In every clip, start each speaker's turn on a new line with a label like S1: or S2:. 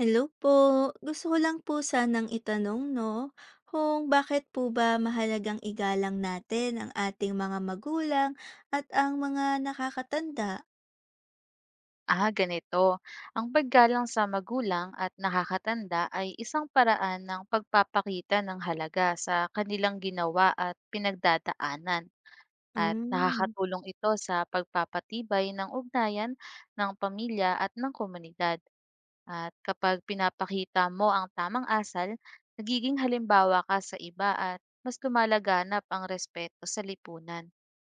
S1: Hello po. Gusto ko lang po sanang itanong 'no, kung bakit po ba mahalagang igalang natin ang ating mga magulang at ang mga nakakatanda?
S2: Ganito. Ang paggalang sa magulang at nakakatanda ay isang paraan ng pagpapakita ng halaga sa kanilang ginawa at pinagdadaanan. At
S1: Hmm.
S2: nakakatulong ito sa pagpapatibay ng ugnayan ng pamilya at ng komunidad. At kapag pinapakita mo ang tamang asal, nagiging halimbawa ka sa iba at mas lumalaganap ang respeto sa lipunan.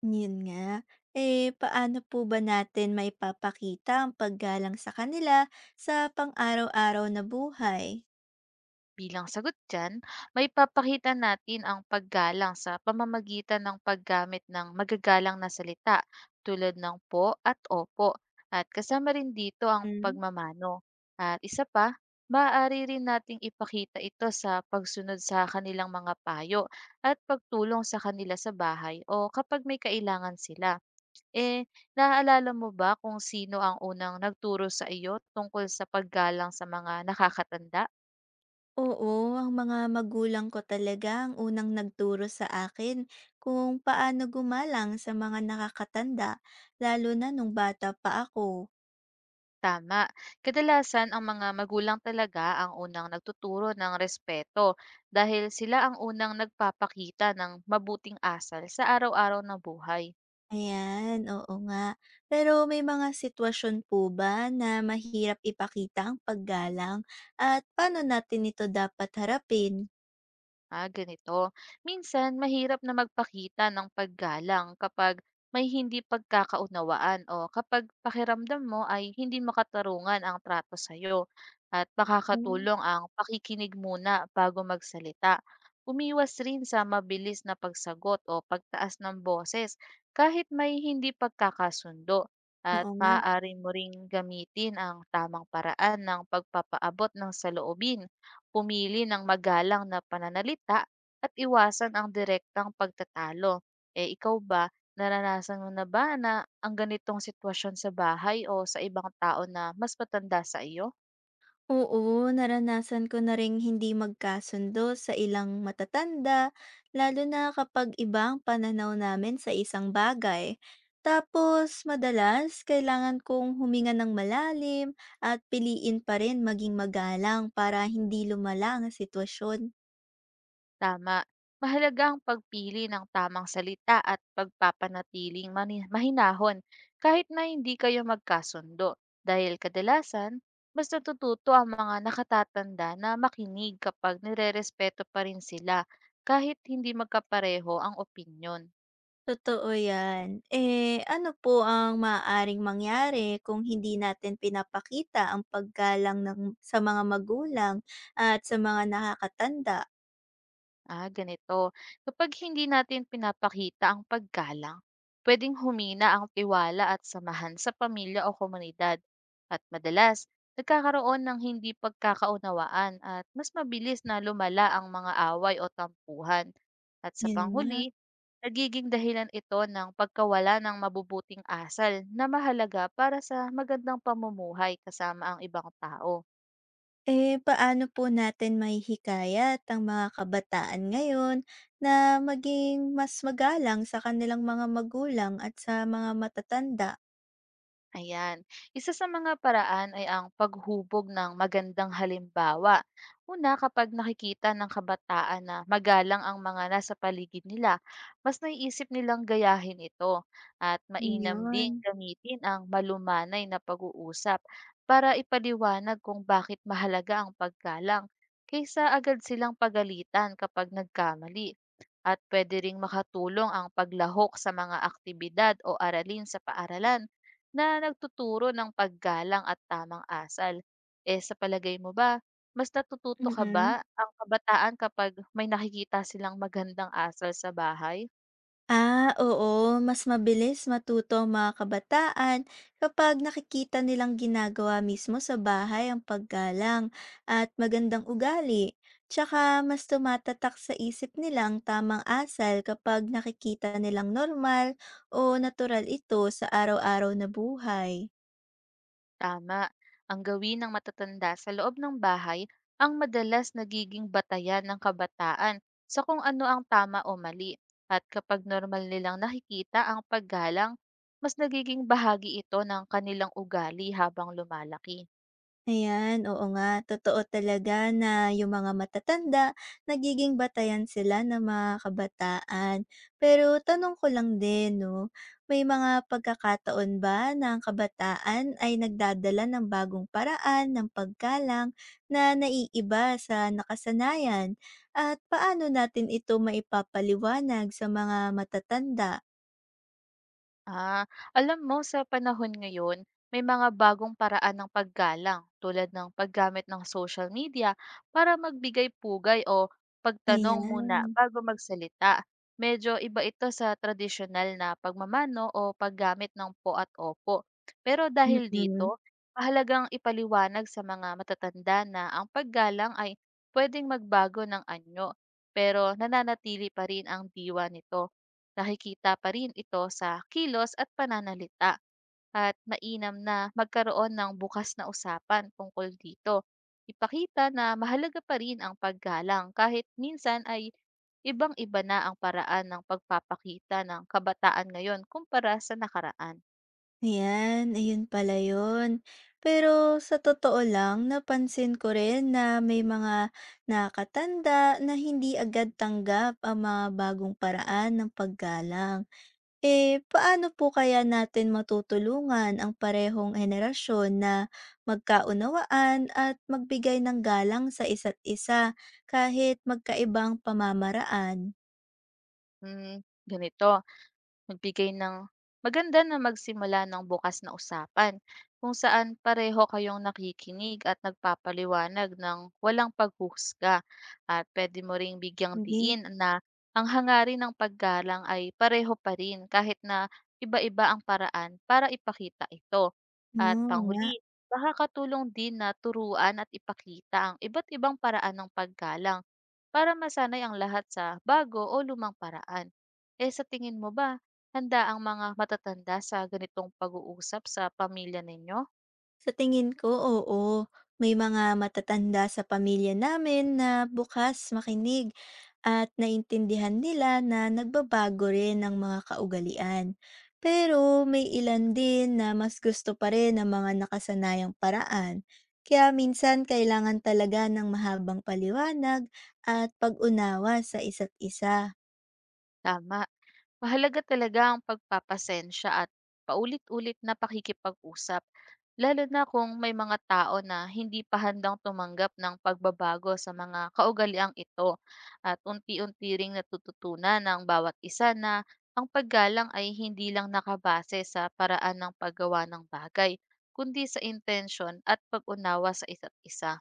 S1: 'Yun nga. Eh, paano po ba natin maipapakita ang paggalang sa kanila sa pang-araw-araw na buhay?
S2: Bilang sagot dyan, maipapakita natin ang paggalang sa pamamagitan ng paggamit ng magagalang na salita tulad ng po at opo, at kasama rin dito ang
S1: Hmm.
S2: pagmamano. At isa pa, maaari rin nating ipakita ito sa pagsunod sa kanilang mga payo at pagtulong sa kanila sa bahay o kapag may kailangan sila. Eh, naaalala mo ba kung sino ang unang nagturo sa iyo tungkol sa paggalang sa mga nakakatanda?
S1: Oo, ang mga magulang ko talaga ang unang nagturo sa akin kung paano gumalang sa mga nakakatanda, lalo na nung bata pa ako.
S2: Tama. Kadalasan ang mga magulang talaga ang unang nagtuturo ng respeto, dahil sila ang unang nagpapakita ng mabuting asal sa araw-araw na buhay.
S1: Ayan, oo nga. Pero may mga sitwasyon po ba na mahirap ipakita ang paggalang at paano natin ito dapat harapin?
S2: Ganito. Minsan, mahirap na magpakita ng paggalang kapag may hindi pagkakaunawaan o kapag pakiramdam mo ay hindi makatarungan ang trato sa'yo, at
S1: Mm.
S2: makakatulong ang pakikinig muna bago magsalita. Umiwas rin sa mabilis na pagsagot o pagtaas ng boses kahit may hindi pagkakasundo, at
S1: Oo nga.
S2: maaari mo ring gamitin ang tamang paraan ng pagpapaabot ng saloobin. Pumili ng magalang na pananalita at iwasan ang direktang pagtatalo. Eh ikaw ba, naranasan mo na ba na ang ganitong sitwasyon sa bahay o sa ibang tao na mas matanda sa iyo?
S1: Oo, naranasan ko na ring hindi magkasundo sa ilang matatanda, lalo na kapag iba ang pananaw namin sa isang bagay. Tapos, madalas, kailangan kong huminga ng malalim at piliin pa rin maging magalang para hindi lumala ang sitwasyon.
S2: Tama. Mahalaga ang pagpili ng tamang salita at pagpapanatiling mahinahon, kahit na hindi kayo magkasundo, dahil kadalasan mas natututo ang mga nakatatanda na makinig kapag nirerespeto pa rin sila kahit hindi magkapareho ang opinyon.
S1: Totoo yan. Eh, ano po ang maaaring mangyari kung hindi natin pinapakita ang paggalang ng, sa mga magulang at sa mga nakakatanda?
S2: Ganito. Kapag hindi natin pinapakita ang paggalang, pwedeng humina ang tiwala at samahan sa pamilya o komunidad. At madalas, nagkakaroon ng hindi pagkakaunawaan at mas mabilis na lumala ang mga away o tampuhan. At sa
S1: Yun nga.
S2: panghuli, nagiging dahilan ito ng pagkawala ng mabubuting asal na mahalaga para sa magandang pamumuhay kasama ang ibang tao.
S1: Eh, paano po natin mahihikayat ang mga kabataan ngayon na maging mas magalang sa kanilang mga magulang at sa mga matatanda?
S2: Ayan. Isa sa mga paraan ay ang paghubog ng magandang halimbawa. Una, kapag nakikita ng kabataan na magalang ang mga nasa paligid nila, mas naiisip nilang gayahin ito, at mainam ding
S1: Yun.
S2: gamitin ang malumanay na pag-uusap para ipaliwanag kung bakit mahalaga ang paggalang, kaysa agad silang pagalitan kapag nagkamali. At pwede ring makatulong ang paglahok sa mga aktibidad o aralin sa paaralan na nagtuturo ng paggalang at tamang asal. Eh, sa palagay mo ba, mas natututo ka ba
S1: Mm.
S2: ang kabataan kapag may nakikita silang magandang asal sa bahay?
S1: Ah, oo. Mas mabilis matuto ang mga kabataan kapag nakikita nilang ginagawa mismo sa bahay ang paggalang at magandang ugali. Tsaka mas tumatatak sa isip nilang tamang asal kapag nakikita nilang normal o natural ito sa araw-araw na buhay.
S2: Tama, ang gawin ng matatanda sa loob ng bahay ang madalas nagiging batayan ng kabataan sa kung ano ang tama o mali. At kapag normal nilang nakikita ang paggalang, mas nagiging bahagi ito ng kanilang ugali habang lumalaki.
S1: Ayan, oo nga. Totoo talaga na yung mga matatanda, nagiging batayan sila ng mga kabataan. Pero tanong ko lang din, no, may mga pagkakataon ba na ang kabataan ay nagdadala ng bagong paraan ng paggalang na naiiba sa nakasanayan? At paano natin ito maipapaliwanag sa mga matatanda?
S2: Ah, alam mo, sa panahon ngayon, may mga bagong paraan ng paggalang tulad ng paggamit ng social media para magbigay pugay o pagtanong
S1: Ayan.
S2: muna bago magsalita. Medyo iba ito sa tradisyonal na pagmamano o paggamit ng po at opo. Pero dahil dito,
S1: Mm.
S2: mahalagang ipaliwanag sa mga matatanda na ang paggalang ay pwedeng magbago ng anyo, pero nananatili pa rin ang diwa nito. Nakikita pa rin ito sa kilos at pananalita, at mainam na magkaroon ng bukas na usapan tungkol dito. Ipakita na mahalaga pa rin ang paggalang kahit minsan ay ibang-iba na ang paraan ng pagpapakita ng kabataan ngayon kumpara sa nakaraan.
S1: Ayan, ayun pala yun. Pero sa totoo lang, napansin ko rin na may mga nakatanda na hindi agad tanggap ang mga bagong paraan ng paggalang. Eh, paano po kaya natin matutulungan ang parehong henerasyon na magkaunawaan at magbigay ng galang sa isa't isa kahit magkaibang pamamaraan?
S2: Mm, ganito. Magbigay ng maganda na magsimula ng bukas na usapan kung saan pareho kayong nakikinig at nagpapaliwanag ng walang paghuhusga. At pwede mo ring bigyang
S1: Hindi.
S2: diin na ang hangarin ng paggalang ay pareho pa rin kahit na iba-iba ang paraan para ipakita ito. At
S1: Oo nga.
S2: panghuli, makakatulong din na turuan at ipakita ang iba't ibang paraan ng paggalang para masanay ang lahat sa bago o lumang paraan. Eh sa tingin mo ba, handa ang mga matatanda sa ganitong pag-uusap sa pamilya ninyo?
S1: Sa tingin ko, oo. May mga matatanda sa pamilya namin na bukas makinig at naintindihan nila na nagbabago rin ang mga kaugalian. Pero may ilan din na mas gusto pa rin ang mga nakasanayang paraan. Kaya minsan kailangan talaga ng mahabang paliwanag at pag-unawa sa isa't isa.
S2: Tama. Mahalaga talaga ang pagpapasensya at paulit-ulit na pakikipag-usap, lalo na kung may mga tao na hindi pa handang tumanggap ng pagbabago sa mga kaugaliang ito, at unti-unti ring natututunan ng bawat isa na ang paggalang ay hindi lang nakabase sa paraan ng paggawa ng bagay, kundi sa intensyon at pag-unawa sa isa't isa.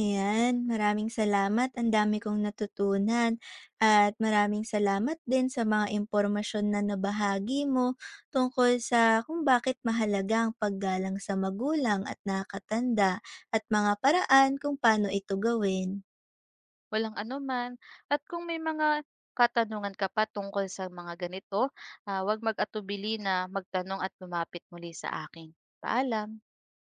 S1: Ayan, maraming salamat. Ang dami kong natutunan at maraming salamat din sa mga impormasyon na nabahagi mo tungkol sa kung bakit mahalaga ang paggalang sa magulang at nakatanda at mga paraan kung paano ito gawin.
S2: Walang anuman, at kung may mga katanungan ka pa tungkol sa mga ganito, huwag mag-atubili na magtanong at lumapit muli sa akin. Paalam.